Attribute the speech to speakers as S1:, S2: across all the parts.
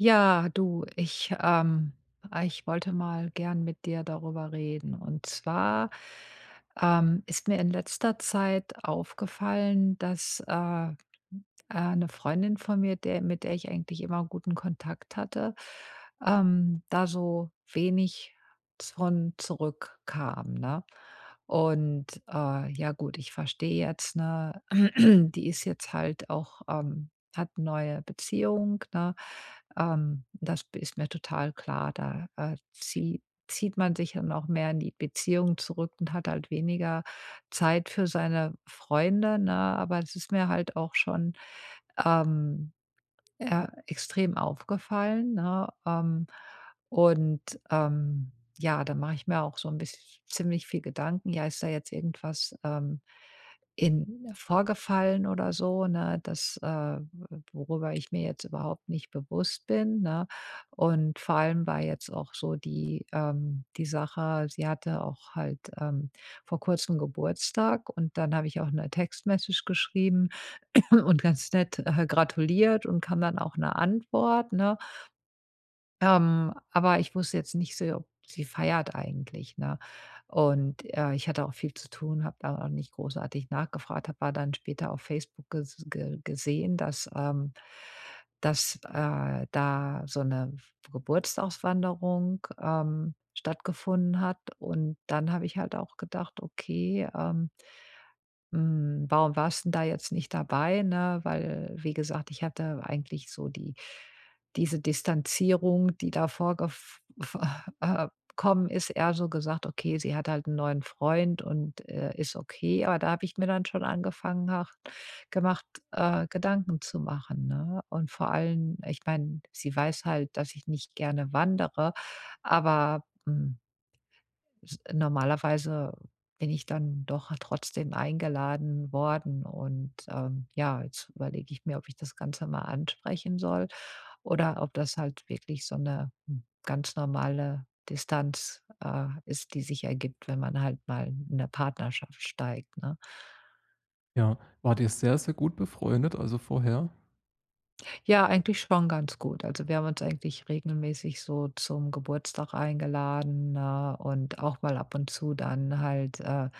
S1: Ja, du, ich, ich wollte mal gern mit dir darüber reden. Und zwar ist mir in letzter Zeit aufgefallen, dass eine Freundin von mir, der, mit der ich eigentlich immer guten Kontakt hatte, da so wenig von zurückkam, ne? Und ja gut, ich verstehe jetzt, ne, die ist jetzt halt auch, hat eine neue Beziehung, ne? Das ist mir total klar. Da, zieht man sich dann auch mehr in die Beziehung zurück und hat halt weniger Zeit für seine Freunde, ne? Aber es ist mir halt auch schon, ähm extrem aufgefallen, ne? Und, ähm, ja, da mache ich mir auch so ein bisschen ziemlich viel Gedanken. Ja, ist da jetzt irgendwas, in vorgefallen oder so, ne, das, worüber ich mir jetzt überhaupt nicht bewusst bin, ne? Und vor allem war jetzt auch so die die Sache, sie hatte auch halt, vor Kurzem Geburtstag, und dann habe ich auch eine Textmessage geschrieben und ganz nett, gratuliert, und kam dann auch eine Antwort, ne? Aber ich wusste jetzt nicht so, ob sie feiert eigentlich, ne? Und, ich hatte auch viel zu tun, habe da auch nicht großartig nachgefragt, habe aber dann später auf Facebook gesehen, dass, dass, da so eine Geburtstagswanderung, stattgefunden hat. Und dann habe ich halt auch gedacht: „Okay, warum warst 'n da jetzt nicht dabei, ne? Weil, wie gesagt, ich hatte eigentlich so die diese Distanzierung, die da vorgef äh, ist, eher so gesagt: „Okay, sie hat halt einen neuen Freund und, ist okay.“ Aber da habe ich mir dann schon angefangen hach gemacht, Gedanken zu machen, ne? Und vor allem, ich meine, sie weiß halt, dass ich nicht gerne wandere, aber, hm S normalerweise bin ich dann doch trotzdem eingeladen worden und, ja, jetzt überlege ich mir, ob ich das Ganze mal ansprechen soll oder ob das halt wirklich so eine ganz normale Distanz, ist, die sich ergibt, wenn man halt mal in der Partnerschaft steigt, ne?
S2: Ja, wart ihr sehr, sehr gut befreundet, also vorher?
S1: Ja, eigentlich schon ganz gut. Also, wir haben uns eigentlich regelmäßig so zum Geburtstag eingeladen, ne, und auch mal ab und zu dann halt,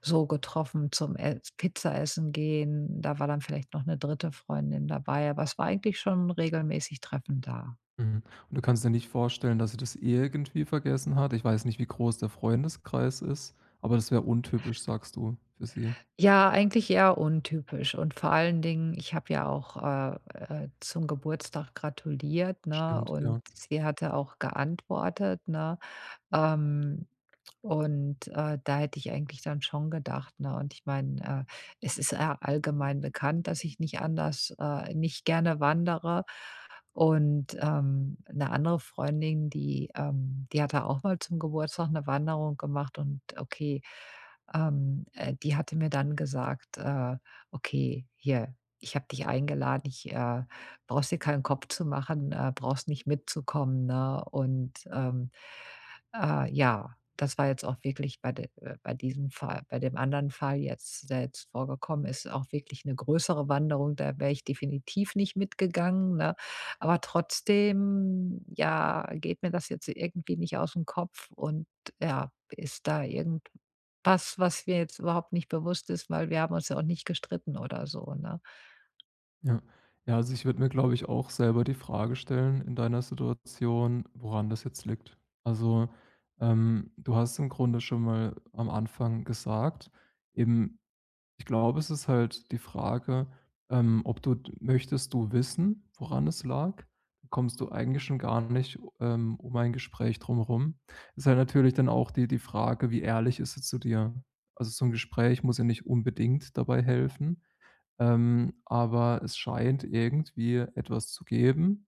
S1: so getroffen zum Ess Pizza essen gehen. Da war dann vielleicht noch eine dritte Freundin dabei, aber es war eigentlich schon regelmäßig Treffen da.
S2: Mhm. Und du kannst dir nicht vorstellen, dass sie das irgendwie vergessen hat? Ich weiß nicht, wie groß der Freundeskreis ist, aber das wäre untypisch, sagst du, für sie.
S1: Ja, eigentlich eher untypisch, und vor allen Dingen, ich habe ja auch, zum Geburtstag gratuliert, ne,
S2: Stimmt,
S1: und
S2: ja.
S1: sie hatte auch geantwortet, ne? Ähm, da hätte ich eigentlich dann schon gedacht, ne? Und ich meine, es ist ja allgemein bekannt, dass ich nicht anders nicht gerne wandere. Und, 'ne andere Freundin, die die hatte auch mal zum Geburtstag eine Wanderung gemacht, und okay, die hatte mir dann gesagt, „Okay, hier, ich habe dich eingeladen, ich brauchst dir keinen Kopf zu machen, brauchst nicht mitzukommen“, ne? Und, ja, das war jetzt auch wirklich bei de bei diesem Fall, bei dem anderen Fall jetzt, der jetzt vorgekommen ist, auch wirklich eine größere Wanderung. Da wäre ich definitiv nicht mitgegangen, ne? Aber trotzdem, ja, geht mir das jetzt irgendwie nicht aus dem Kopf, und ja, ist da irgendwas, was mir jetzt überhaupt nicht bewusst ist, weil wir haben uns ja auch nicht gestritten oder so, ne?
S2: Ja. Ja, also ich würde mir, glaube ich, auch selber die Frage stellen in deiner Situation, woran das jetzt liegt. Also, du hast im Grunde schon mal am Anfang gesagt, eben ich glaube, es ist halt die Frage, ob du d möchtest du wissen, woran es lag? Kommst du eigentlich schon gar nicht, um ein Gespräch drumherum? Ist halt natürlich dann auch die Frage, wie ehrlich ist es zu dir? Also, so 'n Gespräch muss ja nicht unbedingt dabei helfen, aber es scheint irgendwie etwas zu geben,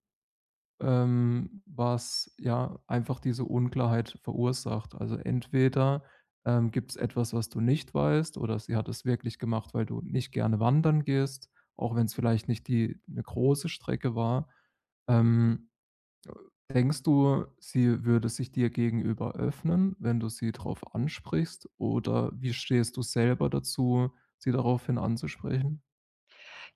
S2: was ja einfach diese Unklarheit verursacht. Also entweder, gibt es etwas, was du nicht weißt, oder sie hat es wirklich gemacht, weil du nicht gerne wandern gehst, auch wenn es vielleicht nicht die eine große Strecke war. Ähm, denkst du, sie würde sich dir gegenüber öffnen, wenn du sie darauf ansprichst? Oder wie stehst du selber dazu, sie daraufhin anzusprechen?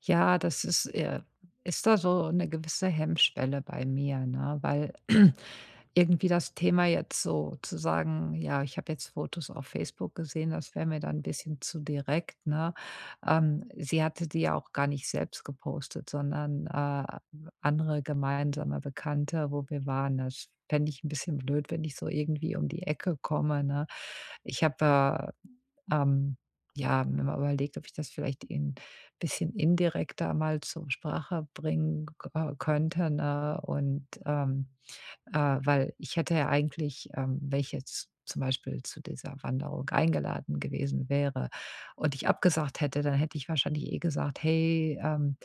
S1: Ja, das ist ist da so eine gewisse Hemmschwelle bei mir, ne? Weil irgendwie das Thema jetzt so zu sagen: „Ja, ich habe jetzt Fotos auf Facebook gesehen“, das wäre mir dann ein bisschen zu direkt, ne? Sie hatte die ja auch gar nicht selbst gepostet, sondern, andere gemeinsame Bekannte, wo wir waren. Das fände ich ein bisschen blöd, wenn ich so irgendwie um die Ecke komme, ne? Ich habe, äh, ähm, ja, mir mal überlegt, ob ich das vielleicht in bisschen indirekter mal zur Sprache bringen k könnte, ne? Und, weil ich hätte ja eigentlich, wenn ich jetzt zum Beispiel zu dieser Wanderung eingeladen gewesen wäre und ich abgesagt hätte, dann hätte ich wahrscheinlich eh gesagt: „Hey,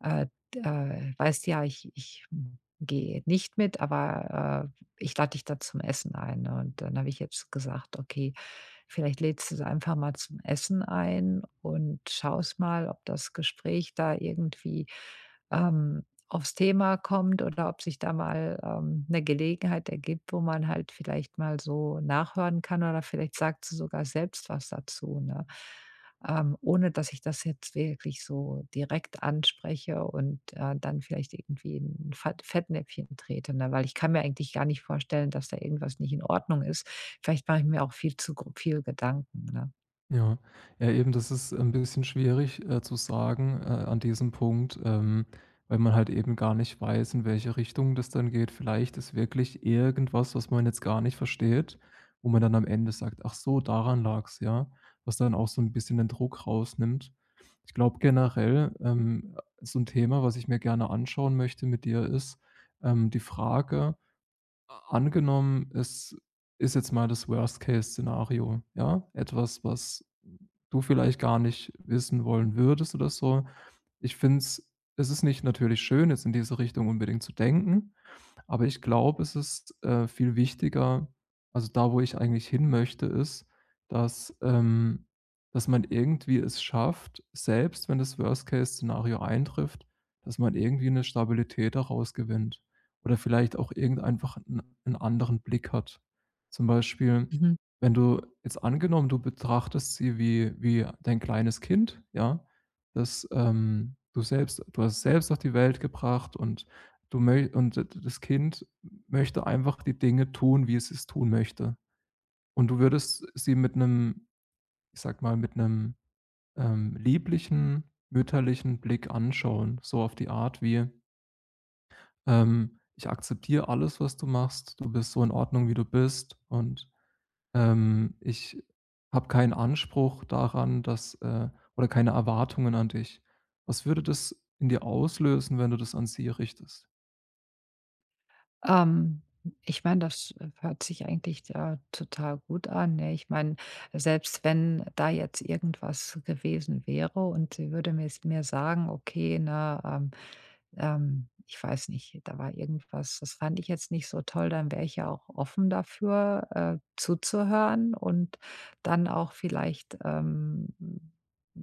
S1: äh, d weißt ja, ich gehe nicht mit, aber, ich lade dich da zum Essen ein.“ Und dann habe ich jetzt gesagt: „Okay, vielleicht lädst du sie einfach mal zum Essen ein und schaust mal, ob das Gespräch da irgendwie, ähm aufs Thema kommt, oder ob sich da mal, 'ne Gelegenheit ergibt, wo man halt vielleicht mal so nachhören kann, oder vielleicht sagt sie sogar selbst was dazu, ne? Ohne dass ich das jetzt wirklich so direkt anspreche und, dann vielleicht irgendwie in 'n Fat Fettnäpfchen trete, ne? Weil ich kann mir eigentlich gar nicht vorstellen, dass da irgendwas nicht in Ordnung ist. Vielleicht mache ich mir auch viel zu gro viel Gedanken, ne?
S2: Ja, ja, eben, das ist ein bisschen schwierig, zu sagen, an diesem Punkt, weil man halt eben gar nicht weiß, in welche Richtung das dann geht. Vielleicht ist wirklich irgendwas, was man jetzt gar nicht versteht, wo man dann am Ende sagt: „Ach so, daran lag's“, ja, was dann auch so ein bisschen den Druck rausnimmt. Ich glaube generell, so ein Thema, was ich mir gerne anschauen möchte mit dir, ist, die Frage: Angenommen, es ist jetzt mal das Worst-Case-Szenario, ja? Etwas, was du vielleicht gar nicht wissen wollen würdest oder so. Ich finde es Es ist nicht natürlich schön, jetzt in diese Richtung unbedingt zu denken, aber ich glaube, es ist, viel wichtiger, also da, wo ich eigentlich hinmöchte, ist, dass, ähm dass man irgendwie es schafft, selbst wenn das Worst-Case-Szenario eintrifft, dass man irgendwie eine Stabilität daraus gewinnt oder vielleicht auch irgend einfach 'n anderen Blick hat. Zum Beispiel, wenn du jetzt angenommen, du betrachtest sie wie dein kleines Kind, ja, das, du hast es selbst auf die Welt gebracht und Du möcht und das Kind möchte einfach die Dinge tun, wie es tun möchte. Und du würdest sie mit einem, ich sag mal, mit einem lieblichen, mütterlichen Blick anschauen, so auf die Art wie, „Ich akzeptiere alles, was du machst. Du bist so in Ordnung, wie du bist und, ich habe keinen Anspruch daran, dass oder keine Erwartungen an dich.“ Was würde das in dir auslösen, wenn du das an sie richtest?
S1: Ähm, ich meine, das hört sich eigentlich, total gut an, ne? Ich meine, selbst wenn da jetzt irgendwas gewesen wäre und sie würde mir sagen: „Okay, ne, ich weiß nicht, da war irgendwas, das fand ich jetzt nicht so toll, dann wäre ich ja auch offen dafür, zuzuhören und dann auch vielleicht,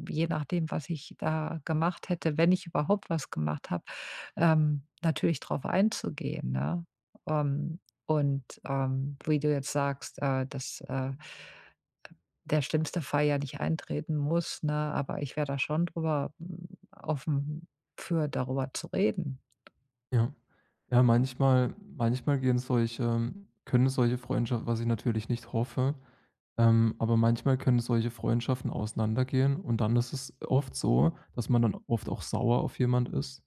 S1: je nachdem, was ich da gemacht hätte, wenn ich überhaupt was gemacht habe, natürlich drauf einzugehen, ne? Ähm, wie du jetzt sagst, dass, der schlimmste Fall ja nicht eintreten muss, ne, aber ich wäre da schon drüber, offen für, darüber zu reden.
S2: Ja. Ja, manchmal manchmal gehen solche können solche Freundschaften, was ich natürlich nicht hoffe, aber manchmal können solche Freundschaften auseinandergehen und dann ist es oft so, dass man dann oft auch sauer auf jemand ist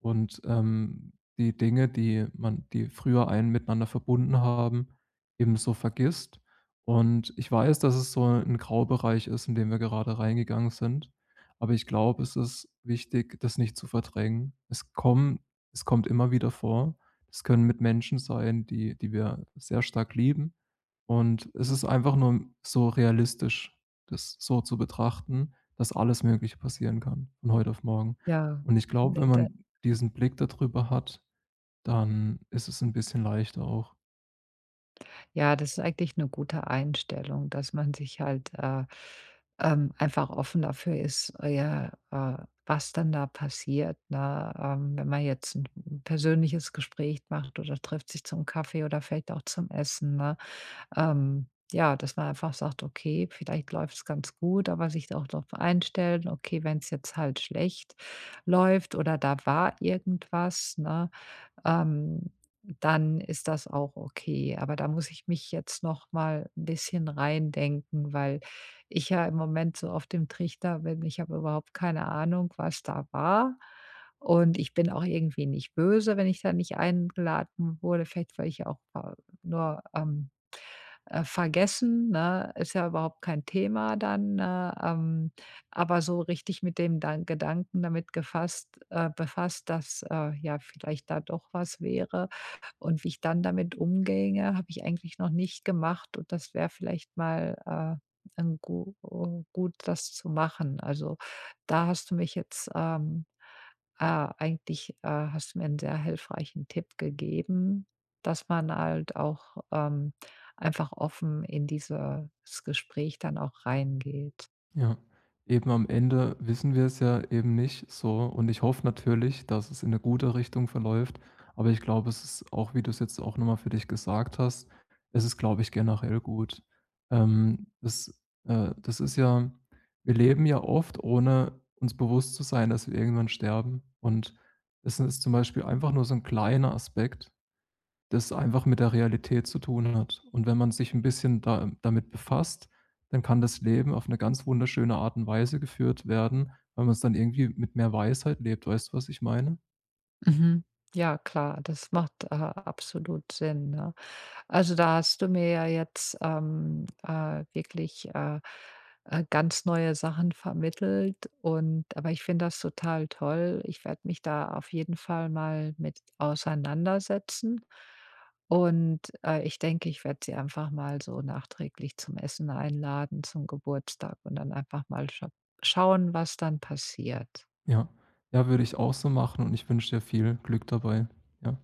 S2: und, die Dinge, die früher einen miteinander verbunden haben, eben so vergisst. Und ich weiß, dass es so ein Graubereich ist, in den wir gerade reingegangen sind, aber ich glaube, es ist wichtig, das nicht zu verdrängen. Es kommt immer wieder vor. Es können Mitmenschen sein, die wir sehr stark lieben. Und es ist einfach nur so realistisch, das so zu betrachten, dass alles Mögliche passieren kann von heute auf morgen.
S1: Ja,
S2: Und ich glaube,
S1: ne,
S2: wenn
S1: da
S2: man diesen Blick darüber hat, dann ist es ein bisschen leichter auch.
S1: ja, das ist eigentlich eine gute Einstellung, dass man sich halt, einfach offen dafür ist, ja, was dann da passiert, ne? Wenn man jetzt ein persönliches Gespräch macht oder trifft sich zum Kaffee oder vielleicht auch zum Essen, ne? Ja, dass man einfach sagt: „Okay, vielleicht läuft es ganz gut“, aber sich auch darauf einstellen: „Okay, wenn es jetzt halt schlecht läuft oder da war irgendwas“, ne? ähm, Dann ist das auch okay. Aber da muss ich mich jetzt noch mal ein bisschen reindenken, weil ich ja im Moment so auf dem Trichter bin, ich habe überhaupt keine Ahnung, was da war. Und ich bin auch irgendwie nicht böse, wenn ich da nicht eingeladen wurde, vielleicht weil ich ja auch, nur, vergessen, ne? Ist ja überhaupt kein Thema dann, ne? Aber so richtig mit dem Dan Gedanken damit gefasst befasst, dass, ja, vielleicht da doch was wäre und wie ich dann damit umginge, habe ich eigentlich noch nicht gemacht, und das wäre vielleicht mal, 'n gu gut, das zu machen. Also, da hast du mich jetzt, äh, eigentlich, hast du mir einen sehr hilfreichen Tipp gegeben, dass man halt auch, einfach offen in dieses Gespräch dann auch reingeht.
S2: Ja, eben am Ende wissen wir es ja eben nicht so und ich hoffe natürlich, dass es in eine gute Richtung verläuft, aber ich glaube, es ist auch, wie du es jetzt auch nochmal für dich gesagt hast, es ist, glaube ich, generell gut. Das ist ja, wir leben ja oft, ohne uns bewusst zu sein, dass wir irgendwann sterben und es ist zum Beispiel einfach nur so ein kleiner Aspekt, das einfach mit der Realität zu tun hat. Und wenn man sich ein bisschen da damit befasst, dann kann das Leben auf eine ganz wunderschöne Art und Weise geführt werden, weil man es dann irgendwie mit mehr Weisheit lebt. Weißt du, was ich meine?
S1: Mhm. Ja, klar, das macht, absolut Sinn, ne? Also, da hast du mir ja jetzt, wirklich, ganz neue Sachen vermittelt, und aber ich finde das total toll. Ich werde mich da auf jeden Fall mal mit auseinandersetzen und, ich denke, ich werde sie einfach mal so nachträglich zum Essen einladen, zum Geburtstag, und dann einfach mal schauen, was dann passiert.
S2: Ja. Ja, würde ich auch so machen und ich wünsche dir viel Glück dabei. Ja.